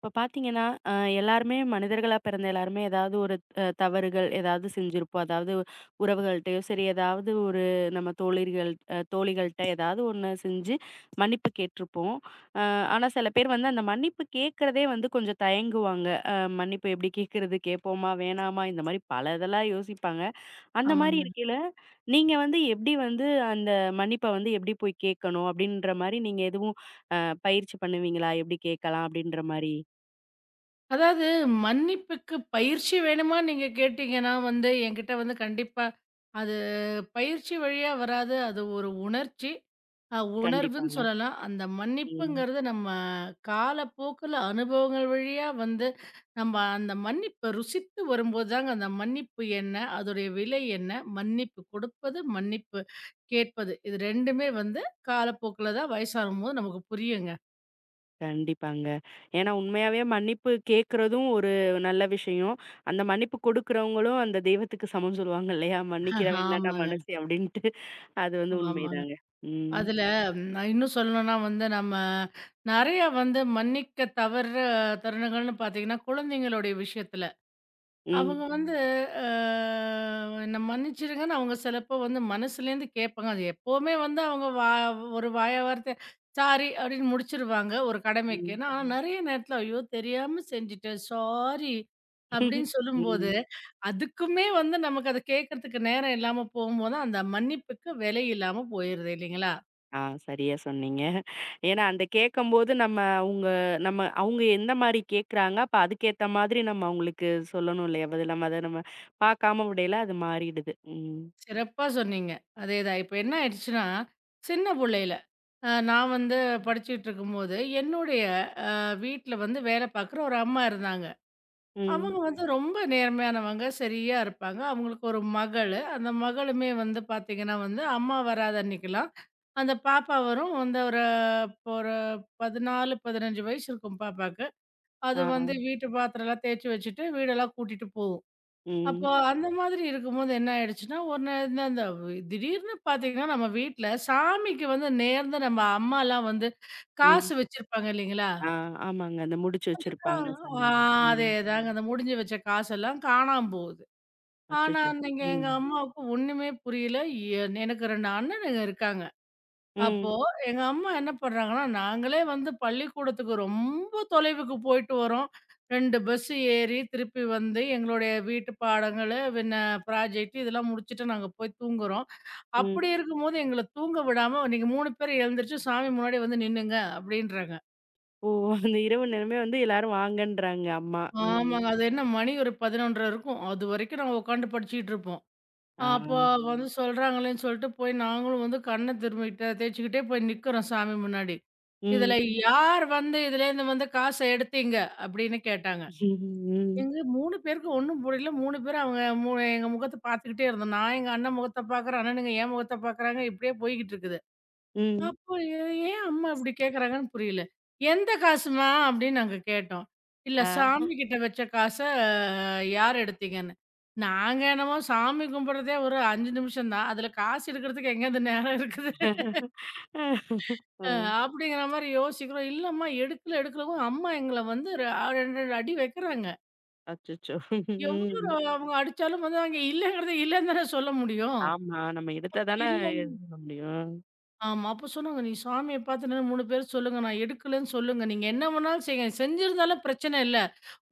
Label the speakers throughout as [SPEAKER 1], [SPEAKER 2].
[SPEAKER 1] இப்ப பார்த்தீங்கன்னா, அ எல்லாருமே மனிதர்களா பிறந்த எல்லாருமே ஏதாவது ஒரு தவறுகள் ஏதாவது செஞ்சிருப்போம். அதாவது உறவுகள்ட்டயோ சரி, ஏதாவது ஒரு நம்ம தோழிர்கள் தோழிகள்ட்ட ஏதாவது ஒண்ணு செஞ்சு மன்னிப்பு கேட்டிருப்போம். அ ஆனா சில பேர் வந்து அந்த மன்னிப்பு கேட்கிறதே வந்து கொஞ்சம் தயங்குவாங்க. அ மன்னிப்பு எப்படி கேட்கிறது? கேட்போமா? வேணாமா? இந்த மாரி பல இதெல்லாம் யோசிப்பாங்க. அந்த மாரி
[SPEAKER 2] ஆமாங்க.
[SPEAKER 1] இருக்கையில, நீங்க வந்து எப்படி வந்து அந்த மன்னிப்ப வந்து எப்படி போய் கேட்கணும்? அப்படின்ற மாரி நீங்க எதுவும் அ பயிற்சி பண்ணுவீங்களா? எப்படி கேட்கலாம்? அப்படின்ற மாரி?
[SPEAKER 2] அதாவது மன்னிப்புக்கு பயிற்சி வேணுமா நீங்க கேட்டீங்கன்னா வந்து என்கிட்ட வந்து கண்டிப்பா அது பயிற்சி வழியா வராது. அது ஒரு உணர்ச்சி. உணர்வுன்னு
[SPEAKER 1] கண்டிப்பாங்க.
[SPEAKER 2] சொல்லலாம். அந்த
[SPEAKER 1] ம்.
[SPEAKER 2] மன்னிப்புங்கிறது நம்ம காலப்போக்குல அனுபவங்கள் வழியா வந்து நம்ம அந்த மன்னிப்ப ருசித்து வரும்போது தாங்க அந்த மன்னிப்பு என்ன? அதோடைய விலை என்ன? மன்னிப்பு கொடுப்பது, மன்னிப்பு கேட்பது. இது 2உமே வந்து காலப்போக்குல தான் வயசாகும்போது நமக்கு புரியுங்க.
[SPEAKER 1] கண்டிப்பாங்க. ஏன்னா உண்மையாவே மன்னிப்பு கேட்கறதும் ஒரு நல்ல விஷயம். அந்த மன்னிப்பு கொடுக்கிறவங்களும் அந்த தெய்வத்துக்கு சமம்ன்னு சொல்லுவாங்க இல்லையா? மன்னிக்கிறவன் தான்டா
[SPEAKER 2] ஆமாங்க.
[SPEAKER 1] மனுஷி அப்படின்ட்டு. அது வந்து
[SPEAKER 2] ஆமா.
[SPEAKER 1] உண்மைதாங்க. ம்.
[SPEAKER 2] அதுல நான் இன்னும் சொல்லணும்னா வந்து நம்ம நெறைய வந்து மன்னிக்க தருணங்கள்னு பார்த்தீங்கன்னா, குழந்தைங்களுடைய விஷயத்துல. அவங்க
[SPEAKER 1] ம்.
[SPEAKER 2] ம். வந்து அ என்ன மன்னிச்சிடுங்கன்னு அவங்க சிலப்போ வந்து மனசுலேருந்து கேட்பாங்க. அது எப்பவுமே வந்து அவங்க வா ஒரு வாய் வார்த்தை சாரி அப்படின்னு முடிச்சிருவாங்க ஒரு கடமைக்கு.
[SPEAKER 1] ம்.
[SPEAKER 2] ஆனா ம். நெறைய நேரத்துல ஐயோ! தெரியாம செஞ்சுட்டேன் சாரி அப்படின்னு சொல்லும்போது,
[SPEAKER 1] ம்.
[SPEAKER 2] அதுக்குமே வந்து நமக்கு அத கேட்கறதுக்கு நேரம் இல்லாம போகும்போது, அந்த மன்னிப்புக்கு விலை இல்லாம போயிருது இல்லைங்களா?
[SPEAKER 1] ஆ, சரியா சொன்னீங்க. ஏன்னா அந்த கேட்கும்போது நம்ம அவங்க நம்ம அவங்க எந்த மாரி கேட்கறாங்க, அப்ப அதுக்கேத்த மாதிரி நம்ம அவங்களுக்கு சொல்லணும் இல்லையா? பதில் நம்ம அத நம்ம பார்க்காம விடையில அது மாறிடுது. ம்.
[SPEAKER 2] சிறப்பா சொன்னீங்க. அதேதான். இப்ப என்ன ஆயிடுச்சுன்னா, சின்ன புள்ளையில நான் வந்து படிச்சுட்டு இருக்கும்போது, என்னுடைய வீட்ல வந்து வேலை பார்க்குற ஒரு அம்மா இருந்தாங்க. அவங்க
[SPEAKER 1] ம்.
[SPEAKER 2] சரிங்க. வந்து ரொம்ப நேர்மையானவங்க, சரியா இருப்பாங்க. அவங்களுக்கு ஒரு மகளு. அந்த மகளுமே வந்து பார்த்தீங்கன்னா வந்து, அம்மா வராத அன்னைக்கெல்லாம், அந்த பாப்பா வரும். வந்து ஒரு இப்போ ஒரு 14, 15 வயசு இருக்கும் பாப்பாக்கு. அது
[SPEAKER 1] ஆ.
[SPEAKER 2] வந்து வீட்டு பாத்திரம்லாம் தேய்ச்சு வச்சுட்டு, வீடெல்லாம் கூட்டிட்டு போகும்.
[SPEAKER 1] ம்.
[SPEAKER 2] அப்போ அந்த மாதிரி இருக்கும்போது என்ன ஆயிடுச்சுன்னா, ஒரு நாள் இந்த இந்த திடீர்னு பார்த்தீங்கன்னா, நம்ம வீட்ல சாமிக்கு வந்து நேர்ந்து நம்ம அம்மாலாம் வந்து
[SPEAKER 1] ம்.
[SPEAKER 2] காசு வச்சிருப்பாங்க இல்லைங்களா?
[SPEAKER 1] ஆ, ஆமாங்க. அந்த முடிச்சு
[SPEAKER 2] அந்த கா
[SPEAKER 1] வச்சிருப்பாங்க
[SPEAKER 2] ஆ
[SPEAKER 1] சாமின்னு. ம்.
[SPEAKER 2] அதேதாங்க. அந்த முடிஞ்சு வச்ச காசெல்லாம் காணாம போகுது. ஆனா,
[SPEAKER 1] அச்சச்சோ!
[SPEAKER 2] அன்னைக்கு எங்க
[SPEAKER 1] ம்.
[SPEAKER 2] அம்மாவுக்கு ஒண்ணுமே புரியல. எனக்கு 2 அண்ணனுங்க இருக்காங்க. அப்போ
[SPEAKER 1] ம்.
[SPEAKER 2] எங்க அம்மா என்ன பண்றாங்கன்னா, நாங்களே வந்து பள்ளிக்கூடத்துக்கு ரொம்ப தொலைவுக்கு போயிட்டு வரோம். 2 பஸ் ஏறி திருப்பி வந்து எங்களுடைய வீட்டு பாடங்கள, பின்ன ப்ராஜெக்ட் இதெல்லாம் முடிச்சுட்டு நாங்க போய் தூங்குறோம்.
[SPEAKER 1] ம்.
[SPEAKER 2] அப்படி இருக்கும்போது எங்கள தூங்க விடாம, "நீங்க 3 பேர் எழுந்திரிச்சு சாமி முன்னாடி வந்து நின்னுங்க" அப்படின்றாங்க.
[SPEAKER 1] ஓ! அந்த இரவு நேரமே வந்து எல்லாரும் வாங்கன்றாங்க அம்மா. ம்.
[SPEAKER 2] ஆமாங்க. அது என்ன மணி ஒரு 11:30 இருக்கும். அதுவரைக்கும் நாங்க உட்காந்து படிச்சுட்டு இருப்போம்.
[SPEAKER 1] ஆ.
[SPEAKER 2] அப்போ வந்து சொல்றாங்களேன்னு சொல்லிட்டு போய் நாங்களும் வந்து கண்ணை திரும்பிக்கிட்ட தேய்ச்சிக்கிட்டே போய் நிக்கிறோம் சாமி முன்னாடி. இதுல
[SPEAKER 1] ம்.
[SPEAKER 2] யார் வந்து இதுலேருந்து வந்து காச எடுத்தீங்க? அப்படின்னு கேட்டாங்க.
[SPEAKER 1] ம்.
[SPEAKER 2] எங்க 3 பேருக்கும் ஒண்ணும் புரியல. 3 பேரும் அவங்க மு எங்க முகத்த பார்த்துக்கிட்டே இருந்தோம். நான் எங்க அண்ணன் முகத்த பார்க்குறேன். அண்ணனுங்க என் முகத்த பார்க்குறாங்க. இப்படியே போய்க்கிட்டு இருக்குது.
[SPEAKER 1] ம்.
[SPEAKER 2] அப்போ ஏன் அம்மா இப்படி கேட்குறாங்கன்னு புரியல. "எந்த காசும்மா?" அப்படின்னு நாங்க கேட்டோம். "இல்ல
[SPEAKER 1] ஆ.
[SPEAKER 2] சாமி கிட்ட வச்ச காச யார் எடுத்தீங்கன்னு." நாங்க என்னமோ சாமி கும்பிடுறதே ஒரு 5 நிமிஷம் தான். அதுல காசு எடுக்கிறதுக்கு எங்கேருந்து நேரம் இருக்குது? அ
[SPEAKER 1] ம்.
[SPEAKER 2] அப்படிங்கிற மாரி யோசிக்கிறோம். இல்லம்மா எடுக்கலவும் அம்மா எங்கள வந்து 2, 2 அடி வைக்கிறாங்க.
[SPEAKER 1] அச்சச்சோ! ம்.
[SPEAKER 2] எவ்வளோ அவங்க அடிச்சாலும் வந்து, நாங்க இல்லங்கிறத இல்லன்னு தானே சொல்ல முடியும்.
[SPEAKER 1] ஆமா. நம்ம எடுத்தா தான
[SPEAKER 2] இல்ல
[SPEAKER 1] எழுத முடியும்.
[SPEAKER 2] ஆமா. அப்ப சொன்னாங்க, "நீ சாமிய பார்த்து நின்னு 3 பேர் சொல்லுங்க. நான் எடுக்கலன்னு சொல்லுங்க. நீங்க என்ன வேணாலும் செய்யுங்க. செஞ்சிருந்தாலும் பிரச்சனை இல்ல.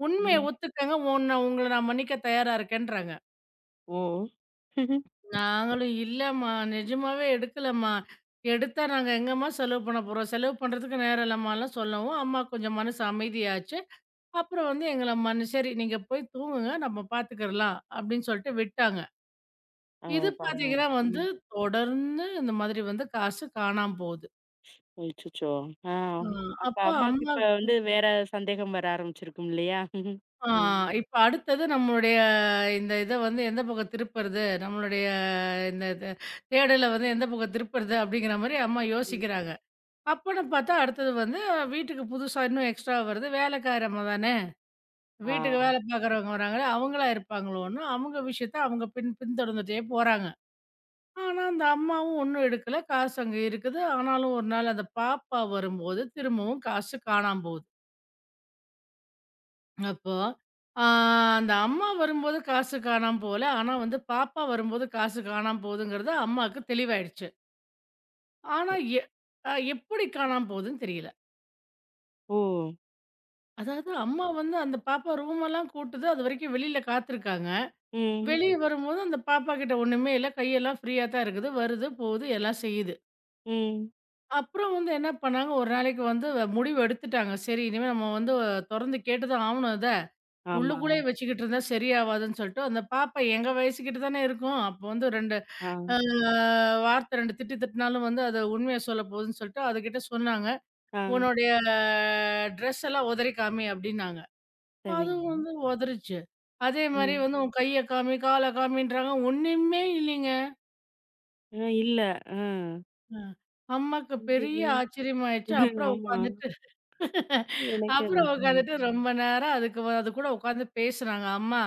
[SPEAKER 2] உண்மைய
[SPEAKER 1] ம்.
[SPEAKER 2] ஒத்துக்கங்க. உங்கள நான் மன்னிக்க தயாரா இருக்கேன்றாங்க."
[SPEAKER 1] ஓ!
[SPEAKER 2] நாங்களும், "இல்லம்மா, நிஜமாவே எடுக்கலம்மா. எடுத்தா நாங்க எங்கம்மா செலவு பண்ண போறோம்? செலவு பண்றதுக்கு நேரம் இல்லம்மாலாம்" சொல்லவும், அம்மா கொஞ்சம் மனசு அமைதியாச்சு. அப்புறம் வந்து எங்கள "சரி நீங்க போய் தூங்குங்க. நம்ம பார்த்துக்கிறலாம்." அப்படின்னு சொல்லிட்டு விட்டாங்க.
[SPEAKER 1] ஓ!
[SPEAKER 2] இது
[SPEAKER 1] பரவால்ல.
[SPEAKER 2] பார்த்தீங்கன்னா வந்து
[SPEAKER 1] ம்.
[SPEAKER 2] தொடர்ந்து இந்த மாதிரி வந்து காசு காணாம போகுது.
[SPEAKER 1] அச்சச்சோ! ஆ.
[SPEAKER 2] அ
[SPEAKER 1] அப்ப
[SPEAKER 2] அப்ப
[SPEAKER 1] அம்மாக்கு
[SPEAKER 2] அம்மா
[SPEAKER 1] இப்ப வந்து வேற சந்தேகம் வர ஆரம்பிச்சிருக்கும் இல்லையா?
[SPEAKER 2] ஆ,
[SPEAKER 1] ம்.
[SPEAKER 2] இப்ப அடுத்தது நம்மளுடைய இந்த இத வந்து எந்த பக்கம் திருப்புறது? நம்மளுடைய இந்த த தேடல வந்து எந்த பக்கம் திருப்புறது? அப்படிங்கிற மாரி அம்மா
[SPEAKER 1] ம்.
[SPEAKER 2] யோசிக்கிறாங்க. அப்பன்னு பார்த்தா அடுத்தது வந்து வீட்டுக்கு புதுசா இன்னும் எக்ஸ்ட்ரா வருது. வேலைக்காரி அம்மா தானே!
[SPEAKER 1] ஆ.
[SPEAKER 2] வீட்டுக்கு வேல பார்க்குறவங்க வராங்களே! அவங்களா இருப்பாங்களோன்னு அவங்க விஷயத்த அவங்க பின்தொடர்ந்துட்டே போறாங்க. ஆனா, அந்த அம்மாவும் ஒண்ணும் எடுக்கல. காசு அங்க இருக்குது. ஆனாலும் ஒரு நாள் அந்த பாப்பா வரும்போது திரும்பவும் காசு காணாம போகுது. அப்போ, ஆ அந்த அம்மா வரும்போது காசு காணாம போகல. ஆனா வந்து பாப்பா வரும்போது காசு காணாம போகுதுங்கிறது அம்மாவுக்கு தெளிவாயிடுச்சு. ஆனா எ அ எப்படி காணாம போகுதுன்னு தெரியல.
[SPEAKER 1] ஓ!
[SPEAKER 2] அதாவது அம்மா வந்து அந்த பாப்பா ரூமெல்லாம் கூட்டுது. அதுவரைக்கும் வெளியில காத்திருக்காங்க.
[SPEAKER 1] ம்,
[SPEAKER 2] வெளிய வரும்போது அந்த பாப்பா கிட்ட ஒண்ணுமே இல்ல. கையெல்லாம் ஃப்ரீயா தான் இருக்குது. வருது, போகுது எல்லாம் செய்யுது.
[SPEAKER 1] ம்.
[SPEAKER 2] அப்புறம் வந்து என்ன பண்ணாங்க, ஒரு நாளைக்கு வந்து முடிவு எடுத்துட்டாங்க. சரி இனிமே நம்ம வந்து தொறந்து கேட்டு தான் ஆவணும் இத.
[SPEAKER 1] ஆமா.
[SPEAKER 2] உள்ளுக்குள்ளயே வச்சுக்கிட்டு இருந்தா சரியாவாதுன்னு சொல்லிட்டு, அந்த பாப்பா எங்க வயசுக்கிட்ட தானே இருக்கும். அப்போ வந்து 2
[SPEAKER 1] ஆ,
[SPEAKER 2] அ வார்த்தை 2 திட்டு திட்டுனாலும் வந்து அது உண்மைய சொல்ல போகுதுன்னு சொல்லிட்டு அதுகிட்ட சொன்னாங்க.
[SPEAKER 1] ஆ.
[SPEAKER 2] "உன்னுடைய ட்ரெஸ் எல்லாம் உதறி காமி" அப்படின்னாங்க.
[SPEAKER 1] சரிங்க.
[SPEAKER 2] அதுவும் வந்து உதறுச்சு. அதே மாரி
[SPEAKER 1] ம்.
[SPEAKER 2] வந்து "உன் கைய காமி, கால காமின்றாங்க" ஒண்ணுமே இல்லைங்க.
[SPEAKER 1] இல்ல. ஆ.
[SPEAKER 2] அ அம்மாக்கு பெரிய
[SPEAKER 1] அப்டின்னு
[SPEAKER 2] ஆச்சரியமாயிடுச்சு. அப்புறம்
[SPEAKER 1] ஆமா.
[SPEAKER 2] உட்காந்துட்டு
[SPEAKER 1] எனக்கே
[SPEAKER 2] அப்புறம்
[SPEAKER 1] அதான். ம்.
[SPEAKER 2] உட்காந்துட்டு ரொம்ப நேரம் அது கூட உட்காந்து பேசுனாங்க. "அம்மா,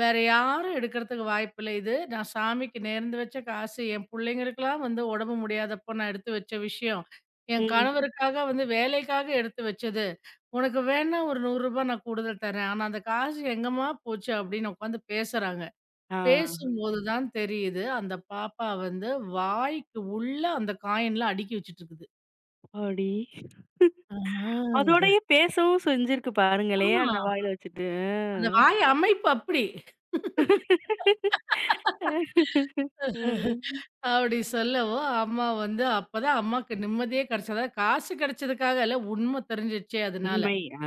[SPEAKER 2] வேற யாரும் எடுக்கிறதுக்கு வாய்ப்பில்ல இது. நான் சாமிக்கு நேர்ந்து வச்ச காசு. என் புள்ளைங்களுக்கெல்லாம் வந்து உடம்பு முடியாதப்போ நான் எடுத்து வச்ச விஷயம். என்
[SPEAKER 1] ம்.
[SPEAKER 2] கணவருக்காக வந்து வேலைக்காக எடுத்து வச்சது. உனக்கு வேணா ஒரு ரூ. 100 நான் கூடுதல் தரேன். ஆனா அந்த காசு எங்கம்மா போச்சு?" அப்படின்னு உட்காந்து பேசுறாங்க.
[SPEAKER 1] ஆ.
[SPEAKER 2] பேசும்போது தான் தெரியுது, அந்த பாப்பா வந்து வாய்க்கு உள்ள அந்த காயின்லாம் அடுக்கி வச்சுட்டு இருக்குது.
[SPEAKER 1] அப்பாடி!
[SPEAKER 2] ஆஹா.
[SPEAKER 1] அதோடயே பேசவும் செஞ்சிருக்கு
[SPEAKER 2] ஆ.
[SPEAKER 1] பாருங்களேன், அந்த வாயில வச்சுட்டு.
[SPEAKER 2] அந்த வாய் அமைப்பு அப்படி.
[SPEAKER 1] அ. ம்.
[SPEAKER 2] அப்படி சொல்லவும், அம்மா வந்து அப்பதான் அம்மாக்கு நிம்மதியே கிடைச்சது. அதாவது காசு கிடைச்சதுக்காக இல்ல, உண்மை தெரிஞ்சிருச்சே அதனால.
[SPEAKER 1] உண்மை. ஆ,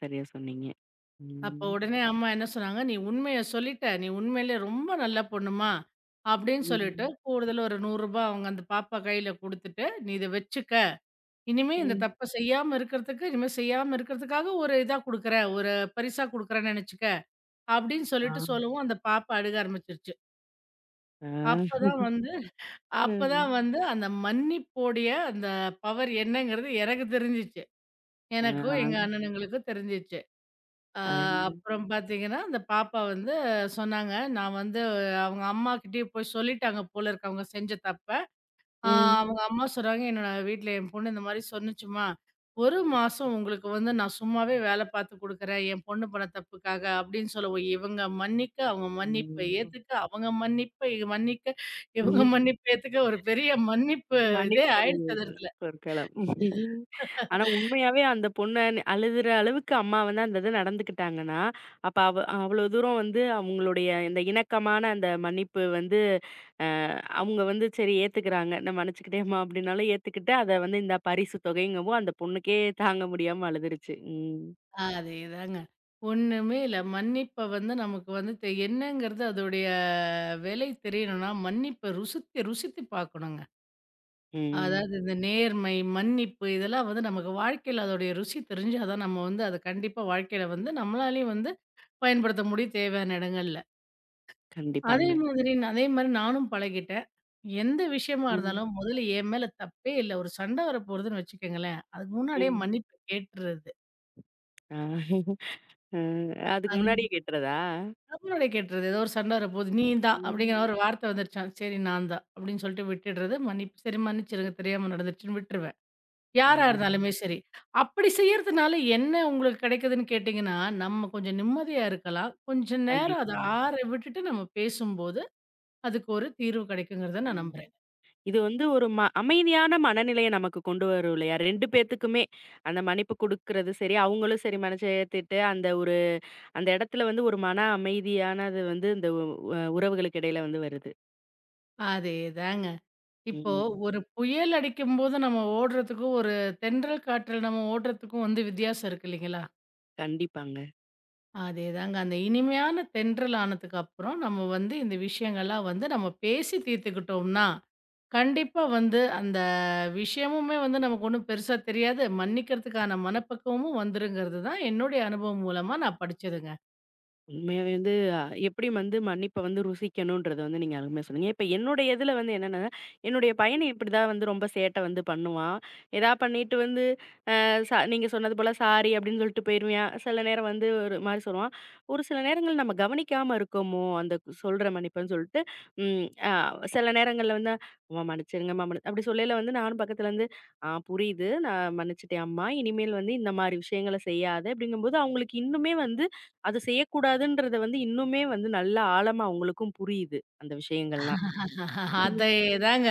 [SPEAKER 1] சரியா சொன்னீங்க.
[SPEAKER 2] அப்போ
[SPEAKER 1] ம்.
[SPEAKER 2] உடனே அம்மா என்ன சொன்னாங்க, "நீ உண்மைய சொல்லிட்ட. நீ உண்மையிலே ரொம்ப நல்ல பொண்ணுமா." அப்படின்னு சொல்லிட்டு,
[SPEAKER 1] ம்.
[SPEAKER 2] கூடுதலா ஒரு ரூ. 100 அவங்க அந்த பாப்பா கையில குடுத்துட்டு, "நீ இத வச்சுக்க. இனிமே இந்த
[SPEAKER 1] ம்.
[SPEAKER 2] தப்ப செய்யாம இருக்கிறதுக்கு இனிமே செய்யாம இருக்கிறதுக்காக ஒரு இதா குடுக்குறேன். ஒரு பரிசா குடுக்குறேன்னு நெனச்சுக்க." அப்படின்னு
[SPEAKER 1] ஆ.
[SPEAKER 2] சொல்லவும், அந்த பாப்பா அழுக ஆரம்பிச்சுருச்சு.
[SPEAKER 1] ஆ.
[SPEAKER 2] அப்பதான் வந்து அப்பதான்
[SPEAKER 1] ம்.
[SPEAKER 2] ம். வந்து அந்த மன்னிப்போடைய அந்த பவர் என்னங்கிறது எனக்கு தெரிஞ்சுச்சு.
[SPEAKER 1] ஆ.
[SPEAKER 2] எனக்கும் எங்க அண்ணனுங்களுக்கும் தெரிஞ்சுச்சு. அ
[SPEAKER 1] ఆ!
[SPEAKER 2] அப்புறம் பார்த்தீங்கன்னா, அந்த பாப்பா வந்து சொன்னாங்க, நான் வந்து அவங்க அம்மாகிட்டயே போய் சொல்லிட்டாங்க போல இருக்கு அவங்க செஞ்ச தப்ப. ஆ
[SPEAKER 1] ம்.
[SPEAKER 2] அவங்க அம்மா சொல்றாங்க, "என்னோட வீட்ல என் பொண்ணு இந்த மாரி சொன்னுச்சும்மா, 1 மாசம் உங்களுக்கு வந்து நான் சும்மாவே வேல பார்த்து குடுக்குறேன், என் பொண்ணு பண்ண தப்புக்காக." அப்படின்னு சொல்லவும், இவங்க மன்னிக்க, அவங்க மன்னிப்ப
[SPEAKER 1] ம்.
[SPEAKER 2] ஏத்துக்க, அவங்க மன்னிப்ப இ மன்னிக்க, இவங்க மன்னிப்ப ஏத்துக்க, ஒரு பெரிய மன்னிப்பு இதே
[SPEAKER 1] மன்னிப்பு
[SPEAKER 2] ஆயிடுச்சு அந்த இடத்துல.
[SPEAKER 1] பொற்களம். ஆனா உண்மையாவே அந்த பொண்ண அழுகுற அளவுக்கு அம்மா வந்து அந்த இது நடந்துக்கிட்டாங்கன்னா, அப்ப அவ அவ்வளோ தூரம் வந்து அவங்களுடைய இந்த இணக்கமான அந்த மன்னிப்பு வந்து அ அவங்க வந்து சரி ஏத்துக்கிறாங்க. நான் மன்னிச்சுக்கிட்டேன்ம்மா அப்படின்னாலும் ஏத்துக்கிட்டு, அத வந்து இந்த பரிசு தொகைங்கவும் அந்த பொண்ணுக்கே தாங்க முடியாம அழுதுருச்சு. ம்.
[SPEAKER 2] அதேதாங்க. ஒண்ணுமே இல்ல. மன்னிப்ப வந்து நமக்கு வந்து என்னங்கிறது அதோடைய விலை தெரியணும்னா, மன்னிப்ப ருசித்து ருசித்து பார்க்கணுங்க.
[SPEAKER 1] ம்.
[SPEAKER 2] அதாவது இந்த நேர்மை, மன்னிப்பு இதெல்லாம் வந்து நமக்கு வாழ்க்கையில அதோடைய ருசி தெரிஞ்சா தான் நம்ம வந்து அத கண்டிப்பா வாழ்க்கையில வந்து நம்மளாலயும் வந்து பயன்படுத்த முடியும் தேவையான இடங்கள்ல. அதே
[SPEAKER 1] கண்டிப்பாங்க.
[SPEAKER 2] மாதிரி அதே மாரி நானும் பழகிட்டேன். எந்த விஷயமா
[SPEAKER 1] ம்.
[SPEAKER 2] இருந்தாலும் முதல்ல என் மேல தப்பே இல்ல. ஒரு சண்டை வரப்போறதுன்னு வச்சுக்கங்களேன், அதுக்கு முன்னாடியே
[SPEAKER 1] ம்.
[SPEAKER 2] மன்னிப்பு கேட்டுறது.
[SPEAKER 1] ஆ. அ அதுக்கு
[SPEAKER 2] அது
[SPEAKER 1] முன்னாடியே கேட்டுறதா?
[SPEAKER 2] முன்னாடியே கேட்டுறது. ஏதோ ஒரு சண்டை வரப்போது, "நீ தான்"
[SPEAKER 1] ம்.
[SPEAKER 2] அப்படிங்கிற ஒரு வார்த்தை வந்துருச்சாம். "சரி நான் தான்" அப்படின்னு சொல்லிட்டு விட்டுடுறது. மன்னிப்பு "சரி மன்னிச்சிருங்க தெரியாம நடந்துருச்சுன்னு" விட்டுருவேன்.
[SPEAKER 1] ஆ,
[SPEAKER 2] யாரா இருந்தாலுமே சரி. அப்படி செய்யறதுனால என்ன உங்களுக்கு கிடைக்குதுன்னு கேட்டீங்கன்னா, நம்ம கொஞ்சம் நிம்மதியா இருக்கலாம். கொஞ்ச நேரம் அத
[SPEAKER 1] கண்டிப்பாங்க.
[SPEAKER 2] ஆற விட்டுட்டு நம்ம பேசும்போது, அதுக்கு ஒரு தீர்வு கிடைக்குங்கிறத
[SPEAKER 1] ஆ.
[SPEAKER 2] நான் நம்புறேன்.
[SPEAKER 1] இது வந்து ஒரு ம அமைதியான மனநிலைய நமக்கு கொண்டு வரும் இல்லையா? 2 பேத்துக்குமே. அந்த மன்னிப்பு குடுக்குறது சரி, அவங்களும் சரி மனச ஏத்துட்டு, அந்த ஒரு அந்த இடத்துல வந்து ஒரு மன அமைதியானது வந்து இந்த உ உ- உறவுகளுக்கு இடையில வந்து வருது.
[SPEAKER 2] அதேதாங்க. இப்போ
[SPEAKER 1] ம்.
[SPEAKER 2] ஒரு புயல் அடிக்கும்போது நம்ம ஓடுறதுக்கும், ஒரு தென்றல் காற்றில் நம்ம ஓடுறதுக்கும் வந்து வித்தியாசம் இருக்கு இல்லைங்களா?
[SPEAKER 1] கண்டிப்பாங்க.
[SPEAKER 2] அதேதாங்க. அந்த இனிமையான தென்றல் ஆனதுக்கப்புறம், நம்ம வந்து இந்த விஷயங்கள்லாம் வந்து நம்ம பேசி தீர்த்துக்கிட்டோம்னா, கண்டிப்பா வந்து அந்த விஷயமுமே வந்து நமக்கு ஒண்ணும் பெருசா தெரியாது. மன்னிக்கிறதுக்கான மனப்பக்குவமும் வந்துருங்கிறது தான் என்னுடைய அனுபவம் மூலமா நான் படிச்சதுங்க.
[SPEAKER 1] உண்மையாவே வந்து எப்படி வந்து மன்னிப்ப வந்து ருசிக்கணும்ன்றத வந்து நீங்க அருமையா சொன்னீங்க. இப்ப என்னுடைய இதுல வந்து என்னன்னா, என்னுடைய பையன் இப்படிதான் வந்து ரொம்ப சேட்டை வந்து பண்ணுவான். எதா பண்ணிட்டு வந்து அ ச நீங்க சொன்னது போல சாரி அப்படின்னு சொல்லிட்டு போயிருவான். சில நேரம் வந்து ஒரு மாரி சொல்லுவான். ஒரு சில நேரங்கள் நம்ம கவனிக்காம இருக்கோமோ, அந்த கு- சொல்ற மன்னிப்புன்னு சொல்லிட்டு, ம் அ சில நேரங்கள்ல வந்து "அம்மா மன்னிச்சிடுங்கம்மா" மன்னி அப்படி சொல்லையில வந்து நானும் பக்கத்துல இருந்து, "ஆ, புரியுது. நான் மன்னிச்சுட்டேன் அம்மா. இனிமேல் வந்து இந்த மாரி விஷயங்கள செய்யாத" அப்படிங்கும்போது அவங்களுக்கு இன்னுமே வந்து அது செய்யக்கூடாதுன்றத வந்து இன்னுமே வந்து நல்ல ஆழமா அவங்களுக்கும் புரியுது. அந்த விஷயங்கள்லாம். ம்.
[SPEAKER 2] அதேதாங்க.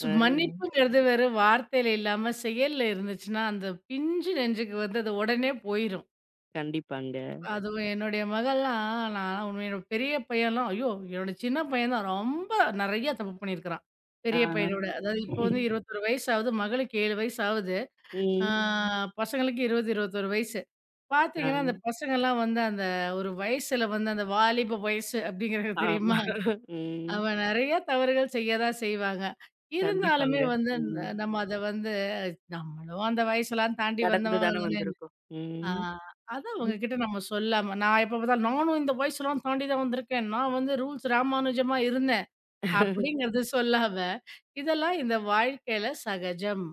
[SPEAKER 1] ஆ,
[SPEAKER 2] மன்னிப்புங்கிறது வெறும் வார்த்தையில இல்லாம செயல்ல இருந்துச்சுன்னா, அந்த பிஞ்சு நெஞ்சுக்கு வந்து அது உடனே போயிரும்.
[SPEAKER 1] கண்டிப்பாங்க.
[SPEAKER 2] அதுவும் என்னுடைய மகள்லாம் நான் உண்மையா என்னோட பெரிய பையன்லாம் ஐயோ! என்னோட சின்ன பையன் தான் ரொம்ப நெறைய தப்பு பண்ணியிருக்கிறான்.
[SPEAKER 1] ஆ.
[SPEAKER 2] பெரிய பையனோட. அதாவது இப்போ வந்து 21 வயசு ஆகுது. மகளுக்கு 7 வயசு ஆகுது. ஆ
[SPEAKER 1] ம்.
[SPEAKER 2] பசங்களுக்கு 20, 21 வயசு.
[SPEAKER 1] ஆ.
[SPEAKER 2] பார்த்தீங்கன்னா, அந்த பசங்கலாம் வந்து அந்த ஒரு வயசுல வந்து அந்த வாலிப வயசு அப்படிங்கிறது
[SPEAKER 1] ஆமா.
[SPEAKER 2] தெரியுமா?
[SPEAKER 1] ம்.
[SPEAKER 2] அவன் நெறைய தவறுகள் செய்ய தான் செய்வாங்க.
[SPEAKER 1] கண்டிப்பாங்க.
[SPEAKER 2] இருந்தாலுமே வந்து
[SPEAKER 1] ம்.
[SPEAKER 2] நம்ம அத வந்து நம்மளும் அந்த வயசெல்லாம் தாண்டி
[SPEAKER 1] கடந்து
[SPEAKER 2] வந்தவங்க
[SPEAKER 1] தானே
[SPEAKER 2] தானே!
[SPEAKER 1] வந்திருக்கோம்.
[SPEAKER 2] ஆ,
[SPEAKER 1] ம்.
[SPEAKER 2] அதான் உங்ககிட்ட நம்ம சொல்லாம, நான் எப்ப பார்த்தாலும் நானும் இந்த வயசுலாம் எல்லாம் தாண்டி தான் வந்திருக்கேன். நான் வந்து ரூல்ஸ் ராமானுஜமா இருந்தேன். அப்படிங்கிறது சொல்லாம, இதெல்லாம் இந்த வாழ்க்கையில சகஜம்.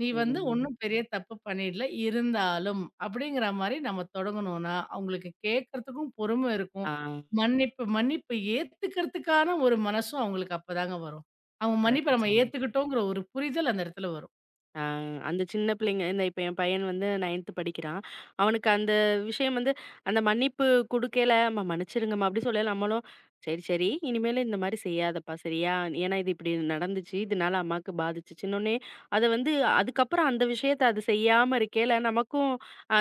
[SPEAKER 2] நீ வந்து
[SPEAKER 1] ம்.
[SPEAKER 2] ஒண்ணும் பெரிய தப்பு பண்ணிடல. இருந்தாலும் அப்படிங்கிற மாரி நம்ம தொடங்கணும்னா, அவங்களுக்கு கேட்கறதுக்கும் பொறுமை இருக்கும்.
[SPEAKER 1] ஆ.
[SPEAKER 2] மன்னிப்பு மன்னிப்பு ஏத்துக்கிறதுக்கான ஒரு மனசும் அவங்களுக்கு அப்பதாங்க வரும். அவங்க மன்னிப்ப
[SPEAKER 1] கரெக்ட்டா
[SPEAKER 2] நம்ம
[SPEAKER 1] சொன்னீங்க.
[SPEAKER 2] ஏத்துக்கிட்டோங்கிற ஒரு புரிதல் அந்த இடத்துல வரும்.
[SPEAKER 1] ஆ, அந்த சின்ன பிள்ளைங்க இந்த இப்ப என் பையன் வந்து 9ஆம் படிக்கிறான். அவனுக்கு அந்த விஷயம் வந்து அந்த மன்னிப்பு குடுக்கையில, "அம்மா மன்னிச்சிருங்கம்மா" அப்படி சொல்லல நம்மளும், "சரி, சரி இனிமேலு இந்த மாரி செய்யாதப்பா சரியா? ஏன்னா இது இப்படி நடந்துச்சு. இதனால அம்மாக்கு பாதிச்சுச்சுன்னோனே" அத வந்து அதுக்கப்புறம் அந்த விஷயத்த அது செய்யாம இருக்கையில, நமக்கும்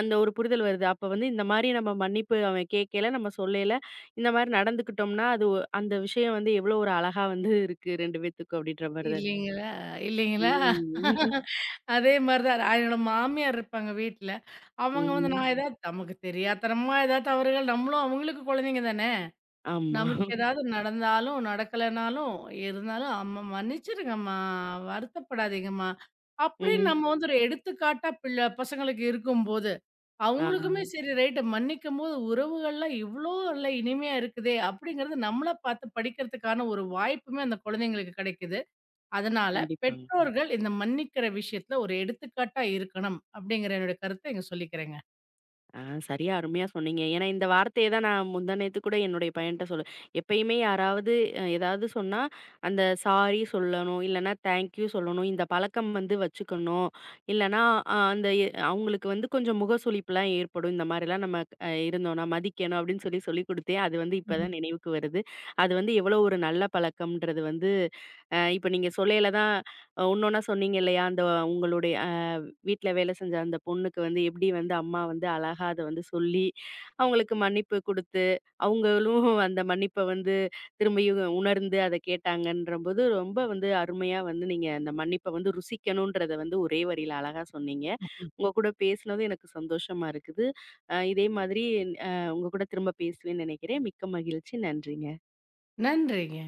[SPEAKER 1] அந்த ஒரு புரிதல் வருது. அப்ப வந்து இந்த மாரி நம்ம மன்னிப்பு அவன் கேட்கையில, நம்ம சொல்லையில, இந்த மாரி நடந்துக்கிட்டோம்னா, அது ஒ அந்த விஷயம் வந்து எவ்வளோ ஒரு அழகா வந்து இருக்கு 2 பேத்துக்கும் அப்படின்ற மாரி தான் இருக்கு.
[SPEAKER 2] இல்லைங்களா? இல்லைங்களா?
[SPEAKER 1] ம்.
[SPEAKER 2] அதே மாரி தான். என்னோட மாமியார் இருப்பாங்க வீட்ல. அவங்க வந்து நான்
[SPEAKER 1] ம்.
[SPEAKER 2] ஆமா. ஏதாவது நமக்கு தெரியாத்தனமா ஏதாவது தவறுகள் நம்மளும் அவங்களுக்கு குழந்தைங்க தானே!
[SPEAKER 1] ஆமா.
[SPEAKER 2] நமக்கு ஏதாவது நடந்தாலும், நடக்கலனாலும், இருந்தாலும் "அம்மா மன்னிச்சிருங்கம்மா, வருத்தப்படாதீங்கம்மா" அப்படின்னு
[SPEAKER 1] ம்.
[SPEAKER 2] நம்ம வந்து ஒரு எடுத்துக்காட்டா பசங்களுக்கு இருக்கும்போது,
[SPEAKER 1] ஆ,
[SPEAKER 2] அவங்களுக்குமே சரி ரைட்டு மன்னிக்கும்போது உறவுகள்லாம் இவ்ளோ நல்ல இனிமையா இருக்குதே! அப்படிங்கிறது நம்மள பார்த்து படிக்கிறதுக்கான ஒரு வாய்ப்புமே அந்த குழந்தைங்களுக்கு கிடைக்குது. அதனால
[SPEAKER 1] கண்டிப்பாங்க.
[SPEAKER 2] பெற்றோர்கள் இந்த மன்னிக்கிற விஷயத்துல ஒரு எடுத்துக்காட்டா இருக்கணும் அப்படிங்கிற என்னுடைய கருத்தை இங்க சொல்லிக்கிறேங்க.
[SPEAKER 1] ஆ, சரியா அருமையா சொன்னீங்க. ஏன்னா, இந்த வார்த்தைய தான் நான் முந்தா நேத்து கூட என்னுடைய பையன்ட்ட சொல்ல எப்பயுமே யாராவது ஏதாவது சொன்னா, அந்த சாரி சொல்லணும், இல்லன்னா தேங்க் யூ சொல்லணும். இந்த பழக்கம் வந்து வச்சுக்கணும். இல்லன்னா அ அந்த எ அவங்களுக்கு வந்து கொஞ்சம் முகசுளிப்புலாம் ஏற்படும். இந்த மாரிலாம் நம்ம இருந்தோம்னா மதிக்கணும் அப்படின்னு சொல்லி சொல்லிக் குடுத்தேன். அது வந்து இப்ப தான் நினைவுக்கு வருது. அது வந்து எவ்வளோ ஒரு நல்ல பழக்கம்ன்றது வந்து இப்ப நீங்க சொல்லையில தான் இன்னொன்னா சொன்னீங்க இல்லையா? அந்த உங்களுடைய வீட்ல வேலை செஞ்ச அந்த பொண்ணுக்கு வந்து எப்படி வந்து அம்மா வந்து அழகா அத வந்து சொல்லி, அவங்களுக்கு மன்னிப்பு குடுத்து, அவங்களும் அந்த மன்னிப்ப வந்து திரும்பியும் உணர்ந்து அத கேட்டாங்கன்றபோது, ரொம்ப வந்து அருமையா வந்து நீங்க அந்த மன்னிப்ப வந்து ருசிக்கணுன்றத வந்து ஒரே வரியில அழகா சொன்னீங்க. உங்க கூட பேசினது எனக்கு சந்தோஷமா இருக்குது. இதே மாதிரி அ உங்க கூட திரும்ப பேசுவேன்னு நினைக்கிறேன். மிக்க மகிழ்ச்சி. நன்றிங்க.
[SPEAKER 2] நன்றிங்க.